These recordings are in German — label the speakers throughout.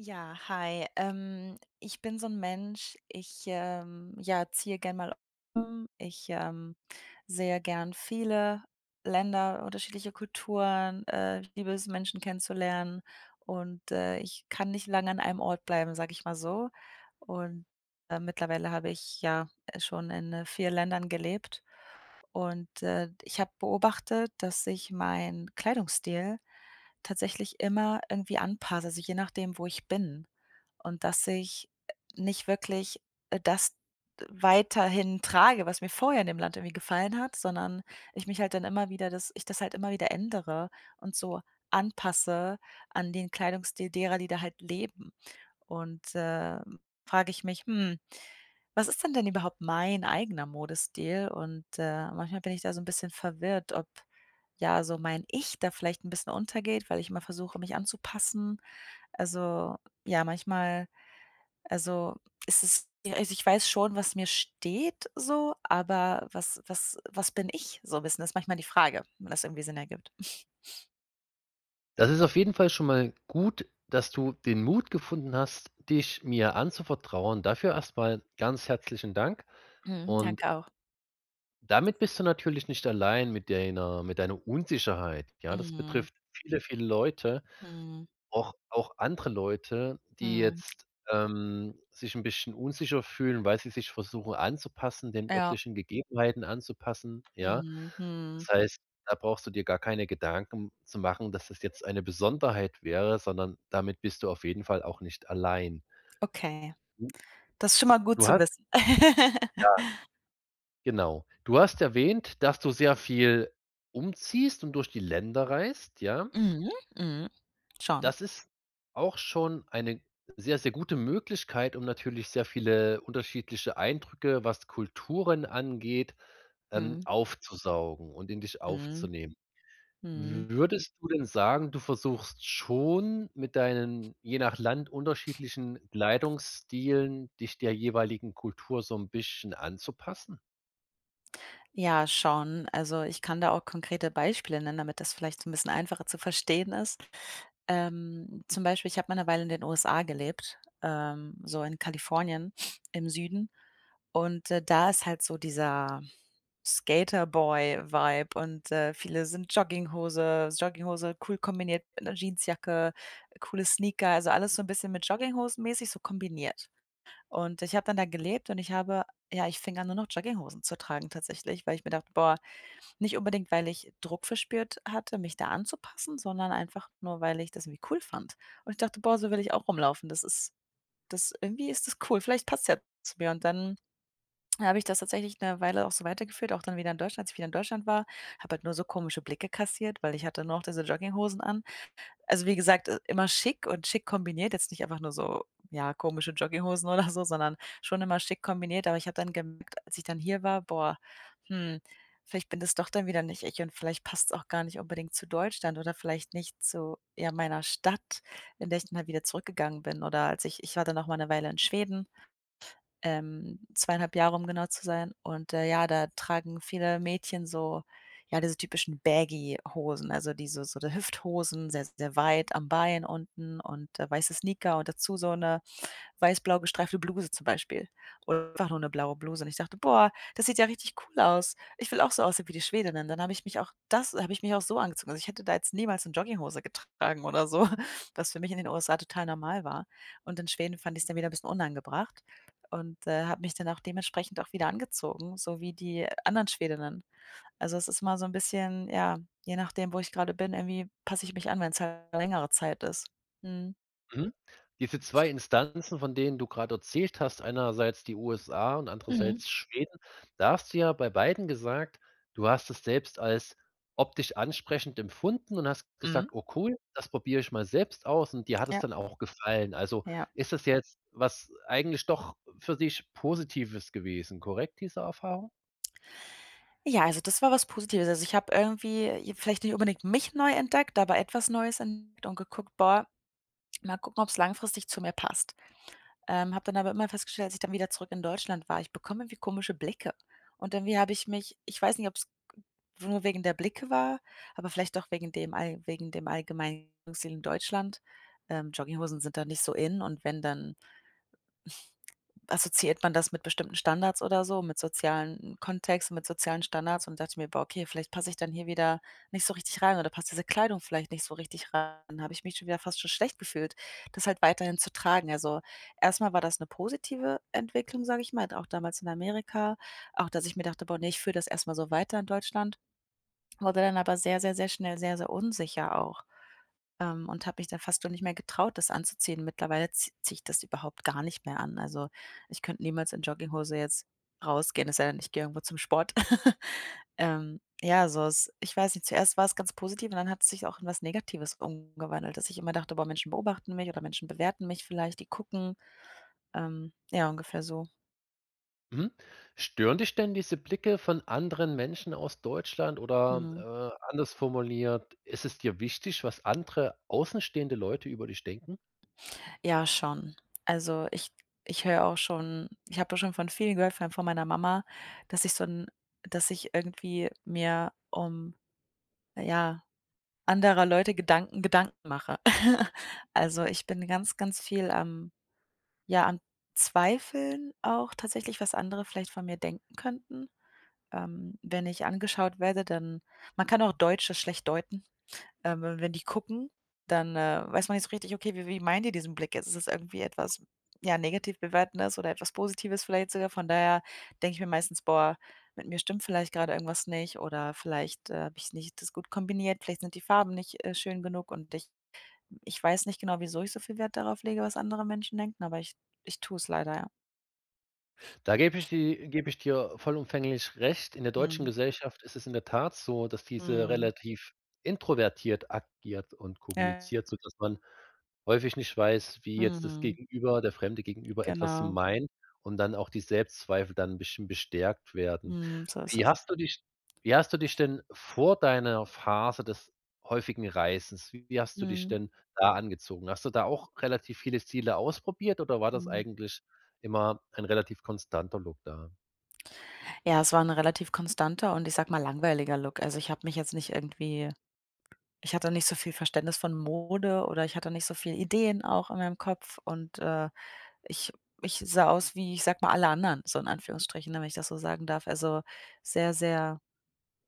Speaker 1: Ja, hi. Ich bin so ein Mensch, ich, ja, ziehe gern mal um. Ich, sehe gern viele Länder, unterschiedliche Kulturen, ich liebe es, Menschen kennenzulernen und, ich kann nicht lange an einem Ort bleiben, sag ich mal so. Und, mittlerweile habe ich, ja, schon in, 4 Ländern gelebt und, ich habe beobachtet, dass sich mein Kleidungsstil tatsächlich immer irgendwie anpasse, also je nachdem, wo ich bin. Und dass ich nicht wirklich, das weiterhin trage, was mir vorher in dem Land irgendwie gefallen hat, sondern ich mich halt dann immer wieder das ich das halt immer wieder ändere und so anpasse an den Kleidungsstil derer, die da halt leben. Und, frage ich mich: „Hm, was ist denn überhaupt mein eigener Modestil?" Und, manchmal bin ich da so ein bisschen verwirrt, ob ja, so mein Ich da vielleicht ein bisschen untergeht, weil ich immer versuche, mich anzupassen. Also, ja, manchmal also, ist es ja, also, ich weiß schon, was mir steht so, aber was bin ich so 'n bisschen? Das ist manchmal die Frage, wenn das irgendwie Sinn ergibt.
Speaker 2: Das ist auf jeden Fall schon mal gut, dass du den Mut gefunden hast, dich mir anzuvertrauen. Dafür erstmal ganz herzlichen Dank.
Speaker 1: Mhm,
Speaker 2: Und
Speaker 1: danke auch.
Speaker 2: damit bist du natürlich nicht allein mit deiner Unsicherheit. Ja, das
Speaker 1: Mhm,
Speaker 2: betrifft viele, viele Leute.
Speaker 1: mhm,
Speaker 2: Auch andere Leute, die
Speaker 1: mhm,
Speaker 2: jetzt, sich 'n bisschen unsicher fühlen, weil sie sich versuchen anzupassen, den
Speaker 1: ja,
Speaker 2: örtlichen Gegebenheiten anzupassen, ja?
Speaker 1: mhm,
Speaker 2: Das
Speaker 1: mhm.
Speaker 2: heißt, da brauchst du dir gar keine Gedanken zu machen, dass das jetzt eine Besonderheit wäre, sondern damit bist du auf jeden Fall auch nicht allein.
Speaker 1: Okay,
Speaker 2: Du
Speaker 1: das ist schon mal gut
Speaker 2: du
Speaker 1: zu
Speaker 2: hast
Speaker 1: wissen.
Speaker 2: ja, genau. Du hast erwähnt, dass du sehr viel umziehst und durch die Länder reist, ja?
Speaker 1: Mhm, mhm, schon.
Speaker 2: Das ist auch schon eine sehr, sehr gute Möglichkeit, um natürlich sehr viele unterschiedliche Eindrücke, was Kulturen angeht,
Speaker 1: Mhm,
Speaker 2: aufzusaugen und in dich
Speaker 1: mhm,
Speaker 2: aufzunehmen.
Speaker 1: mhm.
Speaker 2: Würdest du denn sagen, du versuchst schon mit deinen je nach Land unterschiedlichen Kleidungsstilen, dich der jeweiligen Kultur so 'n bisschen anzupassen?
Speaker 1: Ja, schon. Also, ich kann da auch konkrete Beispiele nennen, damit das vielleicht so ein bisschen einfacher zu verstehen ist. Zum Beispiel, ich habe mal eine Weile in den USA gelebt, so in Kalifornien im Süden. Und, da ist halt so dieser Skaterboy-Vibe und, viele sind Jogginghose cool kombiniert mit 'ner Jeansjacke, coole Sneaker, also alles so ein bisschen mit Jogginghosen mäßig so kombiniert. Und ich habe dann da gelebt und ich habe ja, ich fing an, nur noch Jogginghosen zu tragen tatsächlich, weil ich mir dachte: „Boah" nicht unbedingt, weil ich Druck verspürt hatte, mich da anzupassen, sondern einfach nur, weil ich das irgendwie cool fand. Und ich dachte: „Boah, so will ich auch rumlaufen. Das irgendwie ist das cool. Vielleicht passt ja zu mir." Und dann habe ich das tatsächlich eine Weile auch so weitergeführt, auch dann wieder in Deutschland, als ich wieder in Deutschland war, habe halt nur so komische Blicke kassiert, weil ich hatte nur noch diese Jogginghosen an. Also, wie gesagt, immer schick und schick kombiniert, jetzt nicht einfach nur so, ja, komische Jogginghosen oder so, sondern schon immer schick kombiniert. Aber ich habe dann gemerkt, als ich dann hier war: „Boah, hm, vielleicht bin das doch dann wieder nicht ich und vielleicht passt es auch gar nicht unbedingt zu Deutschland oder vielleicht nicht zu, ja, meiner Stadt, in der ich dann halt wieder zurückgegangen bin." Oder als ich ich war dann noch mal eine Weile in Schweden, 2,5 Jahre, um genau zu sein. Und, ja, da tragen viele Mädchen so, ja, diese typischen Baggy-Hosen, also diese so 'ne Hüfthosen, sehr, sehr weit am Bein unten und, weiße Sneaker und dazu so eine weiß-blau gestreifte Bluse zum Beispiel oder einfach nur 'ne blaue Bluse und ich dachte: „Boah, das sieht ja richtig cool aus. Ich will auch so aussehen wie die Schwedinnen." Dann habe ich mich auch so angezogen. Also, ich hätte da jetzt niemals 'ne Jogginghose getragen oder so, was für mich in den USA total normal war. Und in Schweden fand ich's dann wieder 'n bisschen unangebracht und, habe mich dann auch dementsprechend auch wieder angezogen, so wie die anderen Schwedinnen. Also, es ist immer so 'n bisschen ja, je nachdem, wo ich grade bin, irgendwie passe ich mich an, wenn's halt längere Zeit ist. Mhm.
Speaker 2: Mhm. Diese 2 Instanzen, von denen du gerade erzählt hast, einerseits die USA und
Speaker 1: Mhm.
Speaker 2: andererseits Schweden, da hast du ja bei beiden gesagt, du hast es selbst als optisch ansprechend empfunden und hast
Speaker 1: Mhm.
Speaker 2: gesagt: „Oh cool, das probiere ich mal selbst aus“, und dir hat es
Speaker 1: Ja,
Speaker 2: dann auch gefallen. Also,
Speaker 1: ja.
Speaker 2: ist das jetzt was eigentlich doch für dich Positives gewesen, korrekt, diese Erfahrung?
Speaker 1: Ja, also das war was Positives. Also, ich habe irgendwie, j vielleicht nicht unbedingt mich neu entdeckt, aber etwas Neues entdeckt und geguckt: „Boah, mal gucken, ob's langfristig zu mir passt." Habe dann aber immer festgestellt, als ich dann wieder zurück in Deutschland war, ich bekomme irgendwie komische Blicke. Und irgendwie habe ich mich ich weiß nicht, ob es nur wegen der Blicke war, aber vielleicht auch wegen dem allgemeinen Kleidungsstil in Deutschland. Jogginghosen sind da nicht so in und wenn, dann assoziiert man das mit bestimmten Standards oder so, mit sozialen Kontext, mit sozialen Standards und dachte mir: „Boah, okay, vielleicht passe ich dann hier wieder nicht so richtig rein oder passt diese Kleidung vielleicht nicht so richtig rein." Dann habe ich mich schon wieder fast schon schlecht gefühlt, das halt weiterhin zu tragen. Also, erstmal war das eine positive Entwicklung, sage ich mal, auch damals in Amerika, auch dass ich mir dachte: „Boah, ne, ich führe das erstmal so weiter in Deutschland." Wurde dann aber sehr, sehr, sehr schnell sehr, sehr unsicher auch, und habe mich dann fast schon nicht mehr getraut, das anzuziehen. Mittlerweile ziehe ich das überhaupt gar nicht mehr an. Also, ich könnte niemals in Jogginghose jetzt rausgehen, es sei denn, ich gehe irgendwo zum Sport. Ja, so es ich weiß nicht, zuerst war es ganz positiv und dann hat es sich auch in was Negatives umgewandelt, dass ich immer dachte: „Boah, Menschen beobachten mich oder Menschen bewerten mich vielleicht, die gucken." Ja, ungefähr so.
Speaker 2: Mhm. Stören dich denn diese Blicke von anderen Menschen aus Deutschland oder,
Speaker 1: Mhm.
Speaker 2: anders formuliert, ist es dir wichtig, was andere außenstehende Leute über dich denken?
Speaker 1: Ja, schon. Also, ich habe da schon von vielen gehört, vor allem von meiner Mama, dass ich so ein, dass ich irgendwie mir um ja, anderer Leute Gedanken mache. Also, ich bin ganz, ganz viel am ja, am Zweifeln auch tatsächlich, was andere vielleicht von mir denken könnten. Wenn ich angeschaut werde, dann man kann auch Deutsche schlecht deuten. Wenn die gucken, dann, weiß man nicht so richtig: „Okay, wie meinen die diesen Blick jetzt?" Ist es irgendwie etwas, ja, negativ bewertendes oder etwas Positives vielleicht sogar? Von daher denke ich mir meistens: „Boah, mit mir stimmt vielleicht gerade irgendwas nicht oder vielleicht, habe ich nicht das gut kombiniert, vielleicht sind die Farben nicht, schön genug und ich weiß nicht genau, wieso ich so viel Wert darauf lege, was andere Menschen denken, aber ich tue es leider, ja."
Speaker 2: Da gebe ich dir vollumfänglich recht. In der deutschen
Speaker 1: Mhm.
Speaker 2: Gesellschaft ist es in der Tat so, dass diese
Speaker 1: Mhm.
Speaker 2: relativ introvertiert agiert und
Speaker 1: Ja.
Speaker 2: kommuniziert, sodass man häufig nicht weiß, wie jetzt das
Speaker 1: Mhm.
Speaker 2: Gegenüber der fremde Gegenüber etwas
Speaker 1: Genau.
Speaker 2: meint und dann auch die Selbstzweifel dann 'n bisschen bestärkt werden.
Speaker 1: Mhm, so ist
Speaker 2: Wie
Speaker 1: es.
Speaker 2: hast du dich wie hast du dich denn vor deiner Phase des häufigen Reisens wie hast du dich
Speaker 1: Mhm.
Speaker 2: denn da angezogen? Hast du da auch relativ viele Stile ausprobiert oder war das
Speaker 1: Mhm.
Speaker 2: eigentlich immer ein relativ konstanter Look da.
Speaker 1: Ja, es war 'n relativ konstanter und ich sage mal langweiliger Look. Also, ich habe mich jetzt nicht irgendwie ich hatte nicht so viel Verständnis von Mode oder ich hatte nicht so viel Ideen auch in meinem Kopf und, ich ich sah aus wie, ich sage mal, alle anderen, so in Anführungsstrichen, ne, wenn ich das so sagen darf. Also, sehr, sehr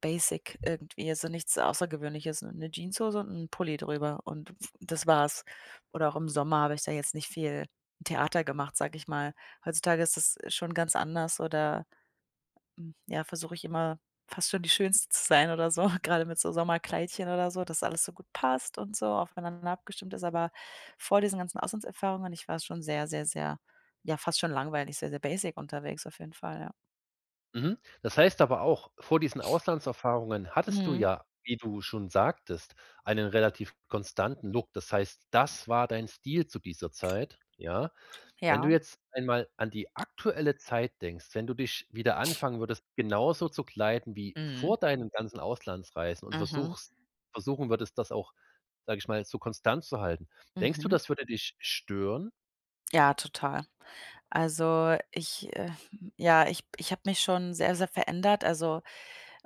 Speaker 1: basic irgendwie, also, nichts Außergewöhnliches, 'ne Jeanshose und 'n Pulli drüber und das war's. Oder auch im Sommer habe ich da jetzt nicht viel Theater gemacht, sage ich mal. Heutzutage ist das schon ganz anders oder ja, versuche ich immer fast schon die Schönste zu sein oder so, gerade mit so Sommerkleidchen oder so, dass alles so gut passt und so aufeinander abgestimmt ist. Aber vor diesen ganzen Auslandserfahrungen, ich war schon sehr, sehr, sehr ja, fast schon langweilig, sehr, sehr basic unterwegs auf jeden Fall, ja.
Speaker 2: Mhm. Das heißt aber auch, vor diesen Auslandserfahrungen hattest du,
Speaker 1: Mhm.
Speaker 2: ja, wie du schon sagtest, einen relativ konstanten Look. Das heißt, das war dein Stil zu dieser Zeit, ja? Wenn du
Speaker 1: Ja.
Speaker 2: jetzt einmal an die aktuelle Zeit denkst, wenn du dich wieder anfangen würdest, genauso zu kleiden wie
Speaker 1: Mhm.
Speaker 2: vor deinen ganzen Auslandsreisen und
Speaker 1: Mhm.
Speaker 2: versuchst versuchen würdest, das auch, sage ich mal, so konstant zu halten. Denkst du,
Speaker 1: Mhm.
Speaker 2: das würde dich stören?
Speaker 1: Ja, total. Also, ich, ja, ich habe mich schon sehr, sehr verändert. Also,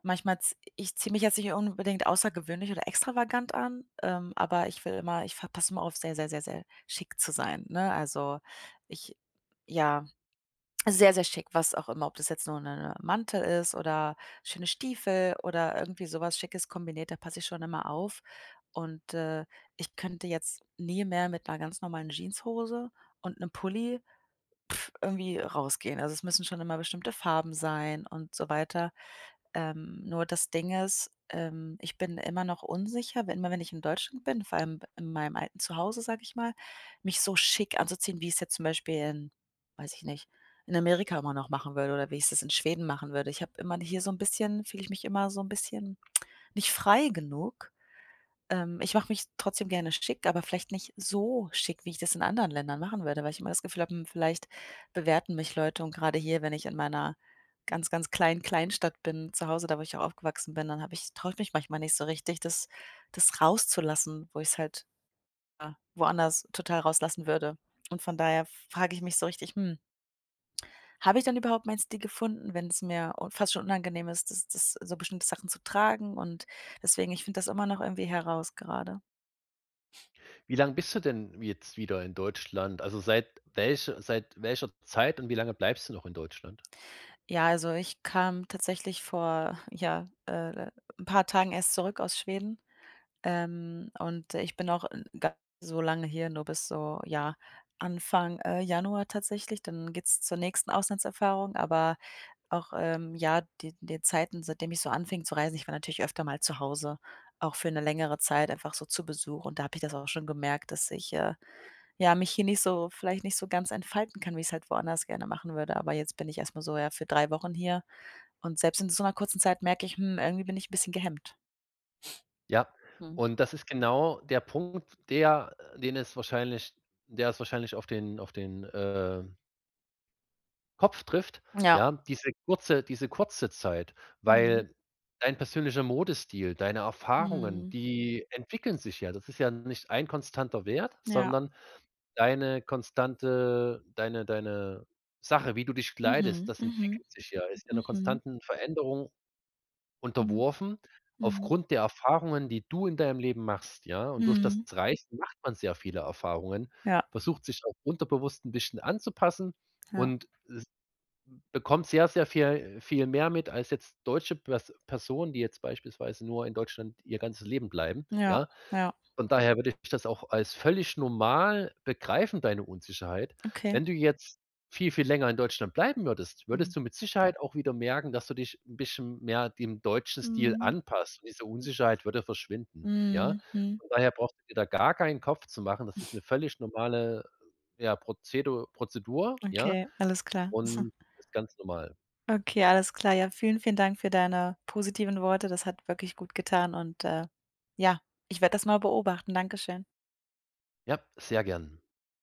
Speaker 1: manchmal z ich ziehe mich jetzt nicht unbedingt außergewöhnlich oder extravagant an, aber ich will immer ich ver passe immer auf, sehr, sehr, sehr, sehr schick zu sein, ne? Also, ich ja, sehr, sehr schick, was auch immer, ob das jetzt nur ein Mantel ist oder schöne Stiefel oder irgendwie sowas Schickes kombiniert, da passe ich schon immer auf. Und, ich könnte jetzt nie mehr mit einer ganz normalen Jeanshose und einem Pulli, irgendwie rausgehen. Also, es müssen schon immer bestimmte Farben sein und so weiter. Nur das Ding ist, ich bin immer noch unsicher, wenn immer wenn ich in Deutschland bin, vor allem in meinem alten Zuhause, sage ich mal, mich so schick anzuziehen, wie ich es jetzt zum Beispiel in weiß ich nicht, in Amerika immer noch machen würde oder wie ich es in Schweden machen würde. Ich habe immer hier so ein bisschen Fühle ich mich immer so ein bisschen nicht frei genug. Ich mache mich trotzdem gerne schick, aber vielleicht nicht so schick, wie ich das in anderen Ländern machen würde, weil ich immer das Gefühl habe, hm, vielleicht bewerten mich Leute und gerade hier, wenn ich in meiner ganz, ganz kleinen Kleinstadt bin, zu Hause, da wo ich auch aufgewachsen bin, dann habe ich traue ich mich manchmal nicht so richtig, das rauszulassen, wo ich's halt, ja, woanders total rauslassen würde. Und von daher frage ich mich so richtig: „Hm, habe ich dann überhaupt meinen Stil gefunden?", wenn es mir un fast schon unangenehm ist, das so bestimmte Sachen zu tragen und deswegen ich finde das immer noch irgendwie heraus gerade.
Speaker 2: Wie lange bist du denn jetzt wieder in Deutschland? Also, seit welcher Zeit und wie lange bleibst du noch in Deutschland?
Speaker 1: Ja, also ich kam tatsächlich vor, ja, 'n paar Tagen erst zurück aus Schweden, und ich bin auch n gar nicht so lange hier, nur bis so, ja, Anfang, Januar tatsächlich. Dann geht's zur nächsten Auslandserfahrung, aber auch, ja, die Zeiten, seitdem ich so anfing zu reisen, ich war natürlich öfter mal zu Hause, auch für eine längere Zeit einfach so zu Besuch und da habe ich das auch schon gemerkt, dass ich, ja, mich hier nicht so vielleicht nicht so ganz entfalten kann, wie ich es halt woanders gerne machen würde. Aber jetzt bin ich erst mal so, ja, für 3 Wochen hier und selbst in so 'ner kurzen Zeit merke ich: „Hm, irgendwie bin ich 'n bisschen gehemmt."
Speaker 2: Ja,
Speaker 1: Mhm.
Speaker 2: und das ist genau der Punkt, der es wahrscheinlich auf den Kopf trifft,
Speaker 1: Ja.
Speaker 2: ja, diese kurze Zeit,
Speaker 1: Mhm.
Speaker 2: weil dein persönlicher Modestil, deine Erfahrungen,
Speaker 1: Mhm.
Speaker 2: die entwickeln sich ja. Das ist ja nicht ein konstanter Wert,
Speaker 1: Ja.
Speaker 2: sondern deine konstante deine deine Sache, wie du dich kleidest,
Speaker 1: Mhm.
Speaker 2: das
Speaker 1: Mhm.
Speaker 2: entwickelt sich ja, ist ja einer
Speaker 1: Mhm.
Speaker 2: konstanten Veränderung
Speaker 1: Mhm.
Speaker 2: unterworfen
Speaker 1: Mhm.
Speaker 2: aufgrund der Erfahrungen, die du in deinem Leben machst, ja? Und durch das
Speaker 1: Mhm.
Speaker 2: Reisen macht man sehr viele Erfahrungen,
Speaker 1: Ja,
Speaker 2: versucht sich auch unterbewusst ein bisschen anzupassen
Speaker 1: ja,
Speaker 2: und bekommt sehr, sehr viel mehr mit als jetzt deutsche Personen, die jetzt beispielsweise nur in Deutschland ihr ganzes Leben bleiben,
Speaker 1: ja,
Speaker 2: ja?
Speaker 1: ja.
Speaker 2: Von daher würde ich das auch als völlig normal begreifen, deine Unsicherheit.
Speaker 1: Okay.
Speaker 2: Wenn du jetzt viel, viel länger in Deutschland bleiben würdest,
Speaker 1: Mhm.
Speaker 2: würdest du mit Sicherheit auch wieder merken, dass du dich ein bisschen mehr dem deutschen Stil
Speaker 1: Mhm.
Speaker 2: anpasst und diese Unsicherheit würde verschwinden, ja?
Speaker 1: Mhm.
Speaker 2: Von daher brauchst du dir da gar keinen Kopf zu machen. Das ist eine völlig normale, ja, Prozedur, ja,
Speaker 1: Okay, alles klar.
Speaker 2: und das ist ganz normal.
Speaker 1: Okay, alles klar. Ja, vielen, vielen Dank für deine positiven Worte. Das hat wirklich gut getan und, ja, ich werde das mal beobachten. Dankeschön.
Speaker 2: Ja, sehr gern.